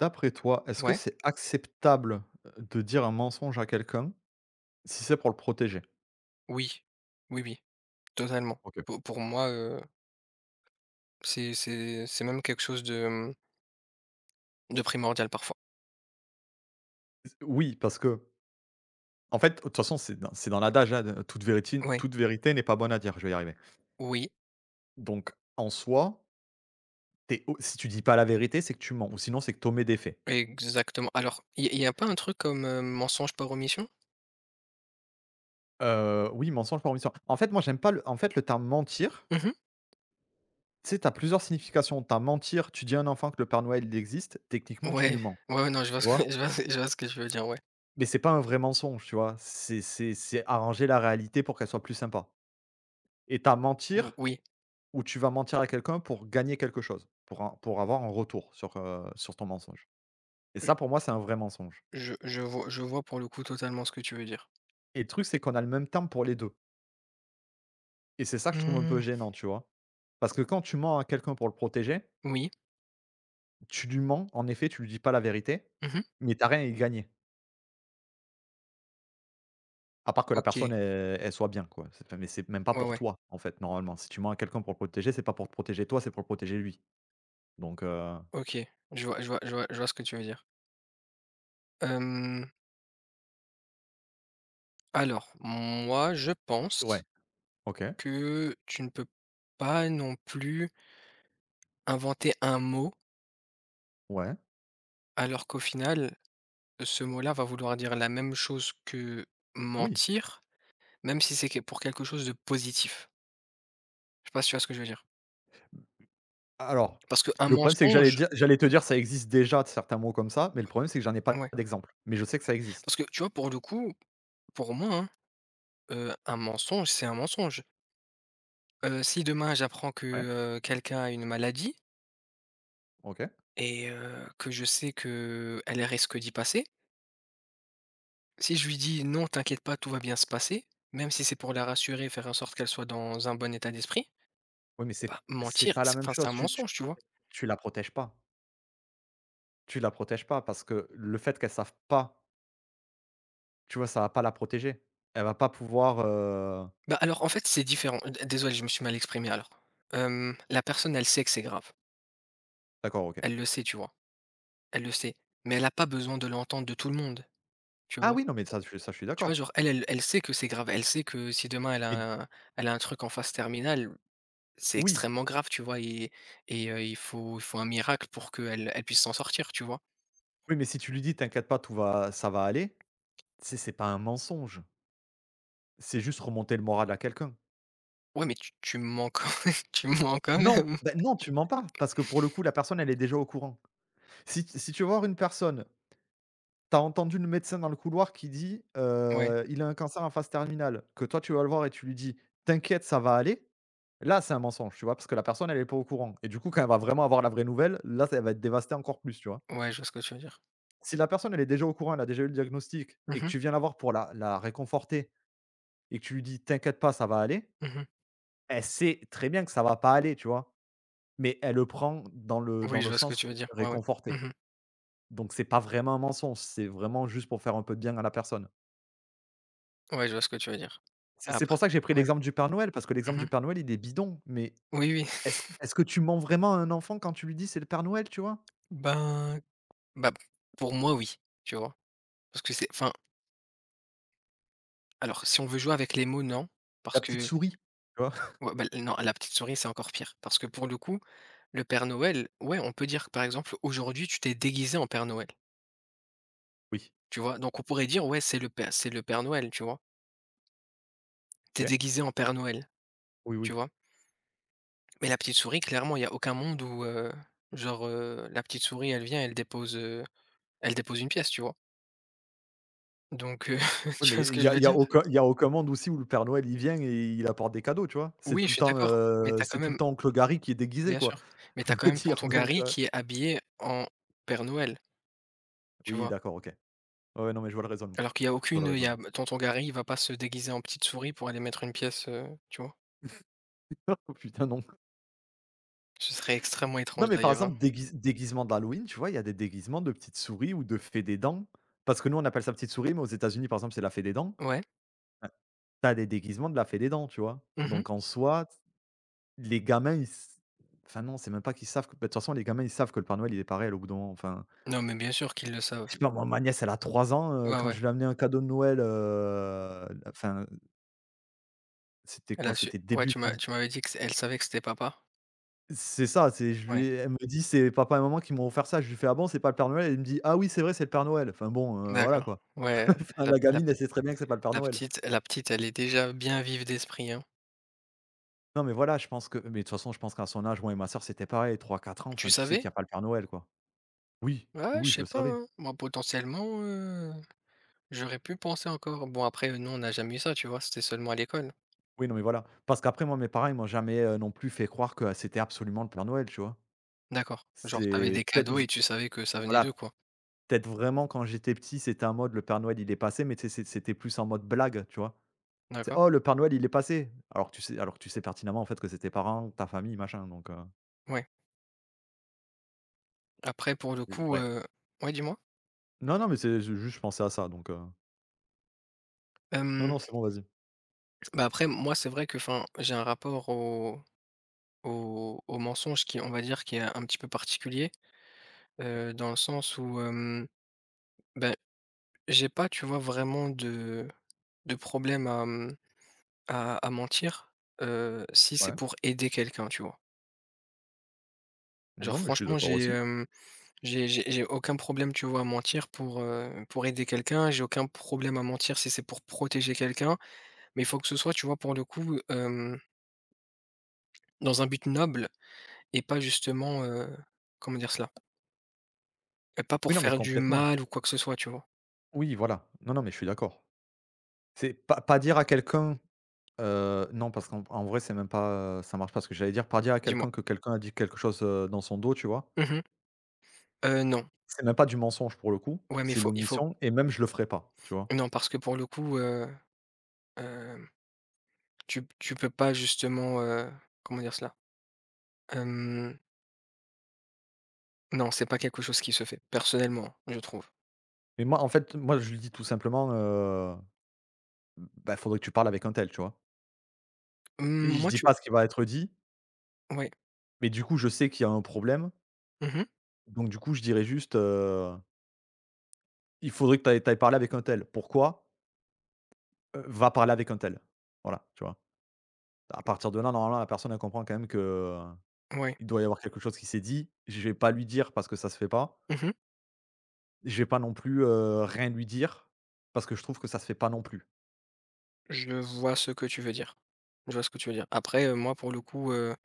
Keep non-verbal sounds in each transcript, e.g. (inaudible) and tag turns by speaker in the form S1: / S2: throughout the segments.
S1: D'après toi, est-ce que
S2: Ouais,
S1: c'est acceptable, de dire un mensonge à quelqu'un si c'est pour le protéger?
S2: oui. Oui, oui, totalement.
S1: OK.
S2: Pour moi, c'est même quelque chose de, mmh, de primordial parfois.
S1: Oui, parce que, en fait, de toute façon, c'est dans l'adage, hein, de toute vérité
S2: Ouais,
S1: toute vérité n'est pas bonne à dire, je vais y arriver.
S2: oui,
S1: Donc en soi, tu es si tu dis pas la vérité, c'est que tu mens ou sinon c'est que tu omets des faits.
S2: exactement. Alors, il y a pas un truc comme, mensonge par omission?
S1: Oui, mensonge par omission. En fait, moi, j'aime pas le terme mentir,
S2: Mmh mh.
S1: tu sais, tu as plusieurs significations. Tu as mentir, tu dis à un enfant que le Père Noël, il existe, techniquement, tu lui
S2: Ouais,
S1: mens,
S2: ouais, ouais, non, je vois
S1: tu
S2: ce
S1: vois?
S2: que (laughs) je vois ce que tu veux dire, ouais.
S1: Mais c'est pas un vrai mensonge, tu vois? C'est arranger la réalité pour qu'elle soit plus sympa, et t'as
S2: Ou
S1: mentir
S2: oui,
S1: où tu vas mentir à quelqu'un pour gagner quelque chose, pour avoir un retour sur ton mensonge, et ça, pour moi, c'est un vrai mensonge.
S2: je vois pour le coup totalement ce que tu veux dire.
S1: Et le truc, c'est qu'on a le même terme pour les deux, et c'est ça que je trouve un peu
S2: Mmh,
S1: gênant, tu vois? Parce que quand tu mens à quelqu'un pour le protéger,
S2: oui.
S1: tu lui mens, en effet, tu lui dis pas la vérité,
S2: Mmh,
S1: mais t'as rien à y gagner, à part que la
S2: OK,
S1: personne, elle soit bien, quoi. C'est enfin, mais c'est même pas
S2: ouais,
S1: pour
S2: ouais,
S1: toi, en fait, normalement. Si tu mens à quelqu'un pour le protéger, c'est pas pour te protéger toi, c'est pour le protéger lui. Donc
S2: OK. Je vois ce que tu veux dire. Hem, alors moi, je
S1: ouais,
S2: pense
S1: OK,
S2: que tu ne peux pas non plus inventer un mot,
S1: ouais,
S2: alors qu'au final, ce mot-là va vouloir dire la même chose que
S1: oui.
S2: mentir, même si c'est que pour quelque chose de positif. Je sais pas si tu vois ce que je veux dire?
S1: Alors
S2: Parce qu'un
S1: le problème, c'est que j'allais
S2: mensonge
S1: dire j'allais te dire ça existe déjà, certains mots comme ça, mais le problème, c'est que j'en ai pas
S2: ouais,
S1: d'exemple. Mais je sais que ça
S2: parce
S1: existe.
S2: que tu vois, pour le coup, pour moi, hein, un mensonge, c'est un mensonge. Si demain j'apprends
S1: Ouais,
S2: que, quelqu'un a une maladie
S1: OK.
S2: et que je sais que elle risque d'y passer. Si je lui dis: «Non, t'inquiète pas, tout va bien se passer», même si c'est pour la rassurer, faire en sorte qu'elle soit dans un bon état d'esprit,
S1: Oui, mais
S2: bah,
S1: c'est
S2: mentir,
S1: pas la
S2: c'est
S1: même
S2: enfin, c'est
S1: chose.
S2: un
S1: Tu tu
S2: mensonge, tu vois?
S1: tu la protèges pas. Tu la protèges pas parce que le fait qu'elle sache pas, tu vois, ça va pas la protéger. Elle va pas pouvoir.
S2: Bah, alors, en fait, c'est différent. D désolé, je me suis mal exprimé alors. La personne, elle sait que c'est grave.
S1: D'accord, OK.
S2: Elle le sait, tu vois? Elle le sait, mais elle a pas besoin de l'entendre de tout le monde, tu
S1: Ah
S2: vois?
S1: oui, non, mais ça, je suis
S2: Tu vois,
S1: d'accord.
S2: genre, elle sait que c'est grave. Elle sait que si demain elle
S1: Mais
S2: a un elle a un truc en phase terminale, c'est
S1: oui,
S2: extrêmement grave, tu vois? Et il faut un miracle pour qu'elle puisse s'en sortir, tu vois?
S1: oui, mais si tu lui dis: «T'inquiète pas, tout va ça va aller», c'est pas un mensonge. C'est juste remonter le moral à quelqu'un.
S2: Ouais, mais tu me mens quand même (laughs) tu me mens quand
S1: Non,
S2: même.
S1: bah, non, tu mens pas, parce que pour le coup, la personne, elle est déjà au courant. Si tu vas voir une personne, tu as entendu le médecin dans le couloir qui dit:
S2: Ouais,
S1: «Il a un cancer en phase terminale», que toi, tu vas le voir et tu lui dis: «T'inquiète, ça va aller», là, c'est un mensonge, tu vois? Parce que la personne, elle est pas au courant et du coup, quand elle va vraiment avoir la vraie nouvelle, là, ça elle va être dévastée encore plus, tu vois?
S2: ouais, je vois ce que tu veux dire.
S1: Si la personne, elle est déjà au courant, elle a déjà eu le diagnostic et
S2: Mmh
S1: que
S2: mh.
S1: tu viens la voir pour la réconforter et que tu lui dis: «T'inquiète pas, ça va aller»,
S2: Mmh,
S1: elle sait très bien que ça va pas aller, tu vois? Mais elle le prend dans le
S2: oui, je vois ce que tu
S1: sens
S2: veux dire. Ouais, ouais.
S1: réconforter.
S2: Mmh,
S1: Donc c'est pas vraiment un mensonge, c'est vraiment juste pour faire un peu de bien à la personne.
S2: ouais, je vois ce que tu veux dire.
S1: C'est
S2: Après
S1: pour ça que j'ai pris
S2: ouais.
S1: l'exemple du Père Noël, parce que l'exemple du
S2: Mmh,
S1: Père Noël, il est bidon, mais
S2: oui, oui.
S1: est-ce que tu mens vraiment à un enfant quand tu lui dis: «C'est le Père Noël», tu vois?
S2: Ben bah, pour moi, oui, tu vois? Parce que c'est enfin, alors si on veut jouer avec les mots, non, parce
S1: La petite
S2: que
S1: souris, tu vois? (laughs)
S2: ouais, bah, non, la petite souris, c'est encore pire. Parce que pour le coup, le Père Noël, ouais, on peut dire, que par exemple, aujourd'hui, tu t'es déguisé en Père Noël,
S1: Oui.
S2: tu vois? Donc on pourrait dire, ouais, c'est le Père Noël, tu vois? T'es
S1: OK.
S2: déguisé en Père Noël,
S1: Oui,
S2: tu
S1: oui.
S2: vois? Mais la petite souris, clairement, il y a aucun monde où, genre, la petite souris, elle vient, elle dépose une pièce, tu vois? Donc (laughs)
S1: Oui,
S2: tu
S1: mais
S2: vois ce que je veux
S1: il y a
S2: dire?
S1: aucun il y a aucun monde aussi où le Père Noël, il vient et il apporte des cadeaux, tu vois? C'est
S2: Oui,
S1: tout
S2: je
S1: le
S2: suis
S1: temps,
S2: d'accord, mais t'as quand
S1: c'est tout le
S2: même
S1: temps oncle Gary qui est déguisé,
S2: bien
S1: quoi.
S2: sûr, mais
S1: (laughs) Je
S2: t'as quand
S1: veux
S2: même
S1: dire,
S2: tonton Gary qui est habillé en Père Noël, tu
S1: oui,
S2: vois?
S1: d'accord, OK. Ouais, ouais, non, mais je vois le raisonnement.
S2: Alors qu'il y a
S1: Je vois
S2: aucune,
S1: le
S2: il y a
S1: raisonnement.
S2: tonton Gary, il va pas se déguiser en petite souris pour aller mettre une pièce, tu vois?
S1: (laughs) Putain, non.
S2: Ce serait extrêmement
S1: Non,
S2: étrange
S1: mais par
S2: d'ailleurs, hein.
S1: exemple, déguisement d'Halloween, tu vois? Il y a des déguisements de petites souris ou de fée des dents. Parce que nous, on appelle ça petite souris, mais aux États-Unis, par exemple, c'est la fée des dents.
S2: Ouais.
S1: Ouais. Tu des déguisements de la fée des dents, tu vois?
S2: Mmh,
S1: Donc en soi, les gamins, ils s enfin non, c'est même pas qu'ils savent que bah, de toute façon, les gamins, ils savent que le Père Noël, il est pas réel au bout d'un moment. Enfin,
S2: non, mais bien sûr qu'ils le
S1: je
S2: savent.
S1: sais pas, moi, ma nièce, elle a 3 ans,
S2: Ouais,
S1: quand
S2: ouais.
S1: je lui ai amené un cadeau de Noël, enfin, c'était
S2: Elle
S1: quoi?
S2: a su,
S1: C'était
S2: ouais,
S1: début
S2: tu m'as
S1: janvier.
S2: tu m'avais dit qu'elle savait que c'était papa?
S1: C'est ça, c'est je lui
S2: Ouais.
S1: ai elle me dit: «C'est papa et maman qui m'ont offert ça». Je lui fais: «Ah bon, c'est pas le Père Noël?» Elle me dit: «Ah oui, c'est vrai, c'est le Père Noël». Enfin bon, voilà,
S2: D'accord.
S1: quoi.
S2: Ouais,
S1: Ah,
S2: la
S1: la
S2: la
S1: gamine, elle sait très bien que c'est pas le Père
S2: la
S1: Noël.
S2: petite la petite, elle est déjà bien vive d'esprit, hein.
S1: Non, mais voilà, je pense que mais de toute façon, je pense qu'à son âge, moi et ma sœur, c'était pareil, trois quatre ans,
S2: Tu
S1: enfin, tu sais qu'il
S2: savais?
S1: y a pas le Père Noël, quoi. Oui, oui,
S2: Ah, je
S1: oui, je
S2: sais
S1: le
S2: pas,
S1: savais.
S2: hein. Moi, potentiellement, j'aurais pu penser encore. Bon, après, nous, on n'a jamais eu ça, tu vois? C'était seulement à l'école.
S1: Oui, non, mais voilà. Parce qu'après, moi, mes parents, ils m'ont jamais, non plus fait croire que c'était absolument le Père Noël, tu vois?
S2: D'accord. Genre, t'avais
S1: C'est
S2: des
S1: peut-être
S2: cadeaux
S1: v
S2: et tu savais que ça venait d'eux,
S1: Voilà,
S2: quoi.
S1: peut-être vraiment quand j'étais petit, c'était un mode le Père Noël, il est passé, mais tu sais, c'était plus en mode blague, tu vois? C'est:
S2: D'accord.
S1: «Oh, le Père Noël, il est passé!» alors que tu sais pertinemment, en fait, que c'est tes parents, ta famille, machin, donc
S2: Ouais. Après, pour le
S1: c'est
S2: coup,
S1: ouais.
S2: ouais, dis-moi?
S1: Non, non, mais je pensais à ça, donc non,
S2: Hem,
S1: non, c'est bon, vas-y.
S2: bah, après, moi, c'est vrai que, enfin, j'ai un rapport au mensonge qui, on va dire, qui est un petit peu particulier, dans le sens où, bah, j'ai pas, tu vois, vraiment de problème à, à mentir, si c'est
S1: Ouais.
S2: pour aider quelqu'un, tu vois? Genre
S1: Non, mais je suis
S2: franchement,
S1: d'accord
S2: j'ai,
S1: aussi.
S2: hem, j'ai aucun problème, tu vois, à mentir pour aider quelqu'un. J'ai aucun problème à mentir si c'est pour protéger quelqu'un, mais il faut que ce soit, tu vois, pour le coup, dans un but noble et pas justement, comment dire cela? Et pas pour
S1: Oui, non, mais
S2: faire du
S1: complètement.
S2: mal ou quoi que ce soit, tu vois?
S1: Oui, voilà. Non, non, mais je suis d'accord. C'est pas dire à quelqu'un, non, parce qu'en vrai, c'est même pas, ça marche pas. Ce que j'allais dire, pas dire à
S2: Dis-moi.
S1: quelqu'un que quelqu'un a dit quelque chose dans son dos, tu vois.
S2: Mmh mh. Non.
S1: C'est même pas du mensonge pour le coup.
S2: Ouais, mais
S1: C'est
S2: il faut
S1: l'omission. Et même, je le ferai pas, tu vois.
S2: non, parce que pour le coup, hem tu peux pas justement, comment dire cela? Hem, non, c'est pas quelque chose qui se fait, personnellement, je trouve.
S1: Mais moi, en fait, moi, je lui dis tout simplement, bah, faudrait que tu parles avec un tel, tu vois.
S2: Mmh,
S1: Je
S2: moi
S1: dis
S2: tu
S1: pas ce qui va être dit,
S2: ouais.
S1: mais du coup, je sais qu'il y a un problème.
S2: Mmh,
S1: Donc, du coup, je dirais juste, il faudrait que tu ailles parler avec un tel. Pourquoi? Va parler avec un tel. Voilà, tu vois? À partir de là, normalement, la personne, elle comprend quand même que,
S2: ouais.
S1: il doit y avoir quelque chose qui s'est dit. Je vais pas lui dire parce que ça se fait pas.
S2: Mmh,
S1: Je vais pas non plus, rien lui dire parce que je trouve que ça se fait pas non plus.
S2: je vois ce que tu veux dire. Je vois ce que tu veux dire. Après, moi pour le coup,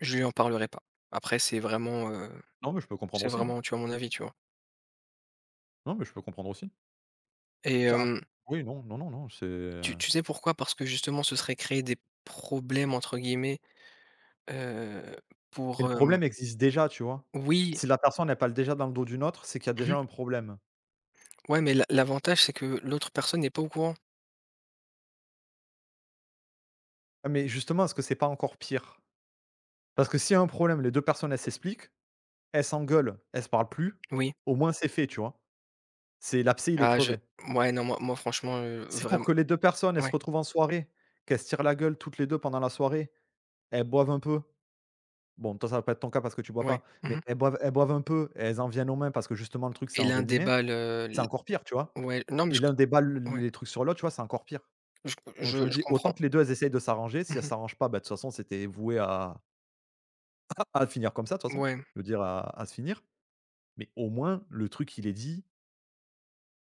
S2: je lui en parlerai pas. Après c'est vraiment, heu,
S1: Non, mais je peux comprendre
S2: c'est
S1: aussi, hein.
S2: vraiment, tu vois, mon avis, tu vois?
S1: Non, mais je peux comprendre aussi.
S2: Et
S1: Ça Ah, oui, non, non, non, non,
S2: tu
S1: c'est
S2: tu sais pourquoi? Parce que justement ce serait créer des «problèmes» entre guillemets, heu,
S1: mais le
S2: pour, hem
S1: problème existe déjà, tu vois?
S2: oui.
S1: Si la personne, elle parle déjà dans le dos d'une autre, c'est qu'il y a déjà
S2: Mmh,
S1: un problème.
S2: ouais, mais l'avantage c'est que l'autre personne n'est pas au courant.
S1: Ah, mais justement, est-ce que c'est pas encore pire? Parce que s'il y a un problème, les 2 personnes, elles s'expliquent, elles s'engueulent, elles se parlent plus,
S2: Oui.
S1: au moins c'est fait, tu vois? C'est l'abcès, il est
S2: Ah, je
S1: crevé.
S2: ouais, non, moi franchement,
S1: Si pour
S2: vraiment,
S1: que les 2 personnes, elles se
S2: ouais,
S1: retrouvent en soirée, qu'elles se tirent la gueule toutes les 2 pendant la soirée, elles boivent un peu. Bon, toi, ça va pas être ton cas parce que tu bois
S2: ouais.
S1: pas,
S2: Mmh.
S1: mais elles boivent un peu et elles en viennent aux mains parce que justement le truc s'est
S2: Et l'un des
S1: envenimé,
S2: balles,
S1: c'est
S2: l
S1: encore pire, tu vois?
S2: ouais, non, mais
S1: Et
S2: je
S1: l'un
S2: co
S1: déballe
S2: ouais,
S1: les trucs sur l'autre, tu vois? C'est encore pire.
S2: je
S1: Donc
S2: je
S1: je me
S2: je
S1: dis autant
S2: comprends.
S1: que les 2 elles essayent de s'arranger, si elles
S2: Mmh,
S1: s'arrangent pas, bah, de toute façon c'était voué à finir comme ça de toute façon,
S2: ouais,
S1: je veux dire à se finir, mais au moins le truc, il est dit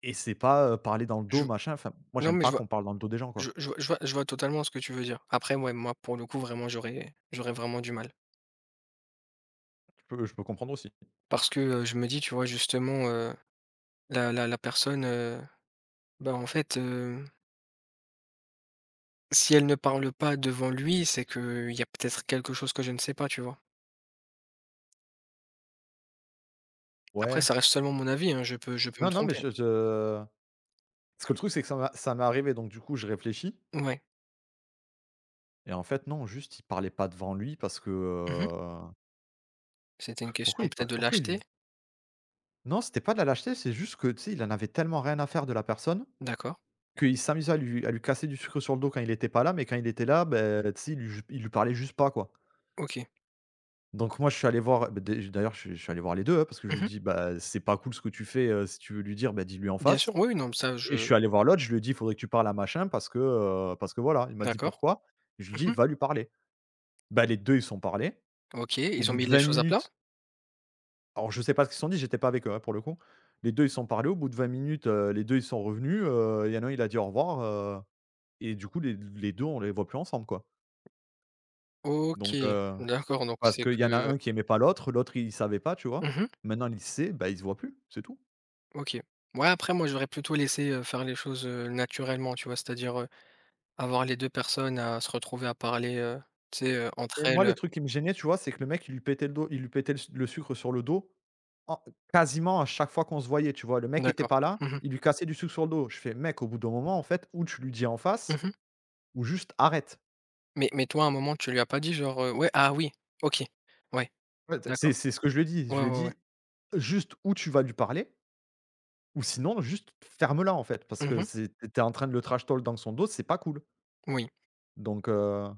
S1: et c'est pas, parler dans le
S2: je
S1: dos machin, enfin moi
S2: non,
S1: j'aime
S2: mais
S1: pas qu'on parle dans le dos des gens, quoi.
S2: je vois je vois je vois totalement ce que tu veux dire. Après, ouais, moi, pour le coup, vraiment, j'aurais vraiment du mal.
S1: Je peux comprendre aussi.
S2: Parce que, je me dis, tu vois, justement, la personne, bah, en fait, si elle ne parle pas devant lui, c'est que il y a peut-être quelque chose que je ne sais pas, tu vois? Après
S1: Ouais.
S2: ça reste seulement mon avis, hein, je peux me
S1: Non, non, mais
S2: tromper.
S1: je parce que le truc, c'est que ça m'est arrivé, donc du coup, je réfléchis
S2: Ouais.
S1: et en fait, non, juste, il parlait pas devant lui parce que,
S2: Mmh, c'était une question peut-être de
S1: pourquoi il lui
S2: lâcheté?
S1: dit. Non, c'était pas de la lâcheté, c'est juste que, tu sais, il en avait tellement rien à faire de la personne
S2: D'accord,
S1: qu'il s'amusait à lui casser du sucre sur le dos quand il était pas là, mais quand il était là, ben tu sais, il lui parlait juste pas, quoi.
S2: OK.
S1: Donc moi, je suis allé voir, beh, dé d'ailleurs, je suis allé voir les deux, hein, parce que je lui ai
S2: Mmh.
S1: dit: «Bah, c'est pas cool ce que tu fais, si tu veux lui dire, bah, dis-lui en
S2: Bien sûr,
S1: face».
S2: oui, oui, non, ça
S1: Et je
S2: je
S1: suis allé voir l'autre, je lui ai dit: «Il faudrait que tu parles à machin parce que voilà». Il m'a dit:
S2: d'accord.
S1: «Pourquoi?» Je lui dis:
S2: Mmh,
S1: «Va lui parler». Bah, les 2 ils sont parlés.
S2: OK,
S1: Au
S2: ils ont
S1: bout de
S2: mis les
S1: vingt
S2: choses à plat?
S1: minutes alors je sais pas ce qu'ils se sont dit, j'étais pas avec eux, hein, pour le coup. Les 2 ils sont parlés. Au bout de 20 minutes, les 2 ils sont revenus, il y en a un il a dit: «Au revoir», et du coup les 2 on les voit plus ensemble, quoi.
S2: OK,
S1: Donc,
S2: d'accord, donc
S1: parce
S2: c'est
S1: qu'il y en a
S2: que
S1: un qui aimait pas l'autre, l'autre il savait pas, tu vois?
S2: mmh,
S1: Maintenant il sait, bah, ils se voient plus, c'est tout.
S2: OK. Ouais, après moi j'aurais plutôt laissé, faire les choses, naturellement, tu vois? C'est-à-dire, avoir les 2 personnes à se retrouver à parler, tu sais, entre
S1: Et
S2: elles,
S1: moi, le truc qui me gênait, tu vois, c'est que le mec, il lui pétait le sucre sur le dos, en quasiment à chaque fois qu'on se voyait, tu vois? Le mec était
S2: d'accord.
S1: pas là,
S2: Mmh mh.
S1: il lui cassait du sucre sur le dos. Je fais: «Mec, au bout d'un moment, en fait, ou tu lui dis en face
S2: Mmh.
S1: ou juste arrête».
S2: Mais toi à un moment tu lui as pas dit genre, «Ouais, ah oui, OK, ouais,
S1: Ouais, c'est
S2: d'accord».
S1: c'est ce que je lui ai dit.
S2: Ouais,
S1: Je lui ai
S2: ouais, ouais.
S1: dit: «Juste où tu vas lui parler ou sinon juste ferme-la, en fait, parce que
S2: Mmh,
S1: c'est tu en train de le trash talk dans son dos, c'est pas cool».
S2: oui,
S1: Donc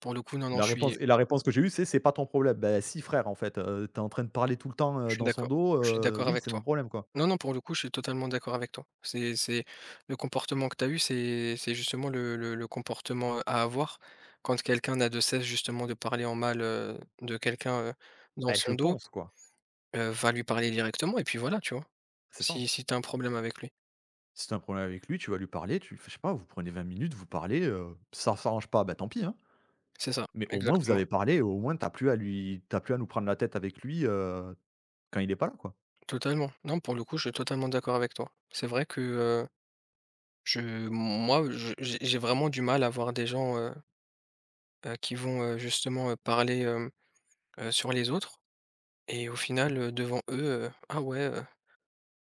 S2: pour le coup, non, non, je suis
S1: la réponse que j'ai eue, c'est: «C'est pas ton problème». Beh si frère, en fait, tu en train de parler tout le temps,
S2: je suis
S1: dans son
S2: d'accord.
S1: dos,
S2: Je suis d'accord
S1: oui,
S2: avec
S1: c'est mon
S2: toi.
S1: problème, quoi.
S2: Non, non, pour le coup, je suis totalement d'accord avec toi. C'est le comportement que tu as eu, c'est justement le comportement à avoir quand quelqu'un n'a de cesse justement de parler en mal de quelqu'un dans
S1: Bah, je
S2: son dos,
S1: pense quoi,
S2: va lui parler directement et puis voilà, tu vois.
S1: c'est ça.
S2: Si tu as un problème avec lui.
S1: Si tu un problème avec lui, tu vas lui parler, tu enfin, je sais pas, vous prenez 20 minutes, vous parlez, ça s'arrange pas, bah, tant pis, hein.
S2: C'est ça,
S1: Mais au moins vous
S2: exactement.
S1: avez parlé, au moins t'as plus à nous prendre la tête avec lui, quand il est pas là, quoi.
S2: Totalement. Non, pour le coup, je suis totalement d'accord avec toi. C'est vrai que je, moi, j'ai vraiment du mal à voir des gens qui vont justement parler sur les autres. Et au final, devant eux, «Ah ouais,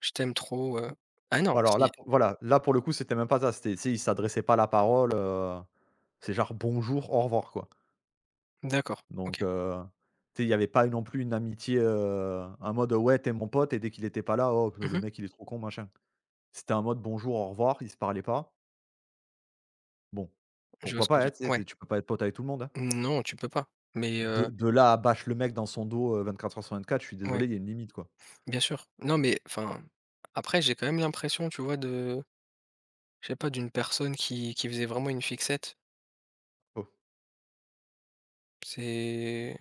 S2: je t'aime trop,» Ah non,
S1: Alors
S2: si
S1: voilà, là pour le coup, c'était même pas ça, c'était tu sais, il s'adressait pas la parole, c'est genre: «Bonjour, au revoir», quoi.
S2: d'accord, OK.
S1: Donc tu sais, il y avait pas non plus une amitié, en mode: «Ouais, t'es mon pote» et dès qu'il était pas là, «Oh,
S2: Mmh
S1: le
S2: mh.
S1: mec, il est trop con», machin. C'était un mode: «Bonjour, au revoir», il se parlait pas. Bon,
S2: Je vois
S1: pourquoi
S2: ce que
S1: pas,
S2: tu
S1: hein, tu
S2: ouais.
S1: sais, tu peux pas être pote avec tout le monde, hein.
S2: Non, tu peux pas. Mais
S1: De de là à bâche le mec dans son dos, 24 heures sur 24, je suis désolé,
S2: ouais,
S1: il y a une limite, quoi.
S2: bien sûr. Non, mais enfin, après, j'ai quand même l'impression, tu vois, de je sais pas, d'une personne qui faisait vraiment une fixette.
S1: Oh.
S2: C'est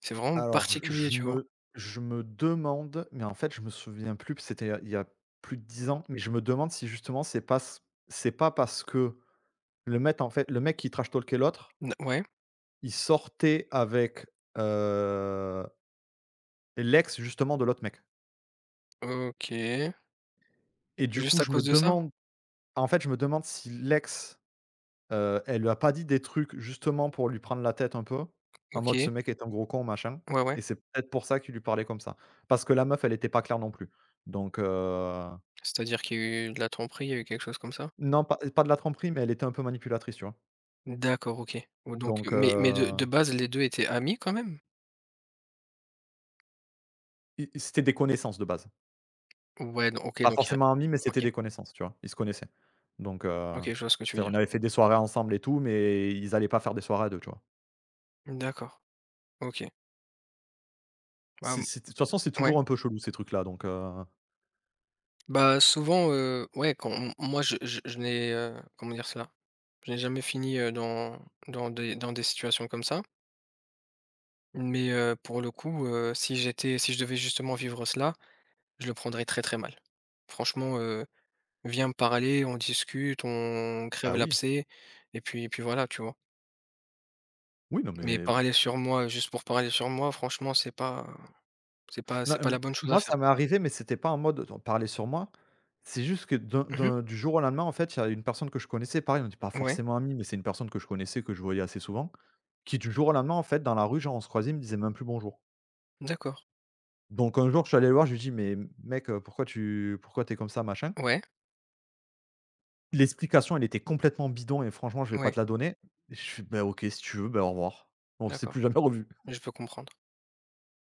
S2: c'est vraiment
S1: Alors
S2: particulier, tu vois?
S1: je me demande, mais en fait, je me souviens plus, puis c'était il y a plus de 10 ans, mais je me demande si justement c'est pas parce que le mec qui trash talkait l'autre,
S2: N ouais,
S1: il sortait avec, heu, l'ex justement de l'autre mec
S2: OK.
S1: et du coup,
S2: Juste à
S1: je me
S2: cause de ça?
S1: demande en fait, je me demande si l'ex, heu, elle lui a pas dit des trucs justement pour lui prendre la tête un peu, en mode:
S2: OK.
S1: «Ce mec est un gros con, machin»
S2: Ouais, ouais.
S1: et c'est peut-être pour ça qu'il lui parlait comme ça. Parce que la meuf, elle était pas claire non plus. Donc
S2: C'est-à-dire qu'il y a eu de la tromperie, il y a eu quelque chose comme ça?
S1: non, pas de la tromperie, mais elle était un peu manipulatrice, tu vois?
S2: D'accord, OK. Ou donc,
S1: Donc
S2: mais de de base, les 2 étaient amis quand même?
S1: i c'était des connaissances de base.
S2: Ouais, don OK,
S1: Pas
S2: donc il y a
S1: forcément amis, mais c'était
S2: OK,
S1: des connaissances, tu vois? Ils se connaissaient. Donc
S2: OK,
S1: enfin,
S2: je vois ce que tu veux
S1: on
S2: dire.
S1: avait fait des soirées ensemble et tout, mais ils allaient pas faire des soirées à 2, tu vois?
S2: D'accord, OK. Bah,
S1: C'est
S2: mmh,
S1: c'est de toute façon, c'est
S2: ouais.
S1: toujours un peu chelou ces trucs-là, donc
S2: Bah, souvent, ouais, quand m moi je n'ai, comment dire cela? Je n'ai jamais fini, dans des situations comme ça, mais pour le coup, si je devais justement vivre cela, je le prendrais très, très mal. Franchement, viens me parler, on discute, on crève
S1: ah oui,
S2: l'abcès et puis voilà, tu vois?
S1: oui, non
S2: Mais
S1: mais
S2: parler sur moi, juste pour parler sur moi, franchement, c'est pas
S1: non, hem,
S2: la bonne chose à
S1: moi,
S2: faire.
S1: ça m'est arrivé, mais c'était pas en mode on parlait sur moi. C'est juste que d'un
S2: Mmh,
S1: d'un du jour au lendemain, en fait, il y a une personne que je connaissais, pareil, on n'est pas
S2: ouais,
S1: forcément amis, mais c'est une personne que je connaissais, que je voyais assez souvent, qui du jour au lendemain, en fait, dans la rue, genre, on se croisait, il me disait même plus bonjour.
S2: d'accord.
S1: Donc un jour, je suis allé le voir, je lui ai dit: «Mais mec, pourquoi t'es comme ça, machin?»
S2: Ouais,
S1: L'explication, elle était complètement bidon et franchement, je vais pas
S2: ouais,
S1: te la donner. Et je fais: «Bah OK, si tu veux, ben au revoir». On s'est
S2: d'accord,
S1: plus jamais revu.
S2: je peux comprendre.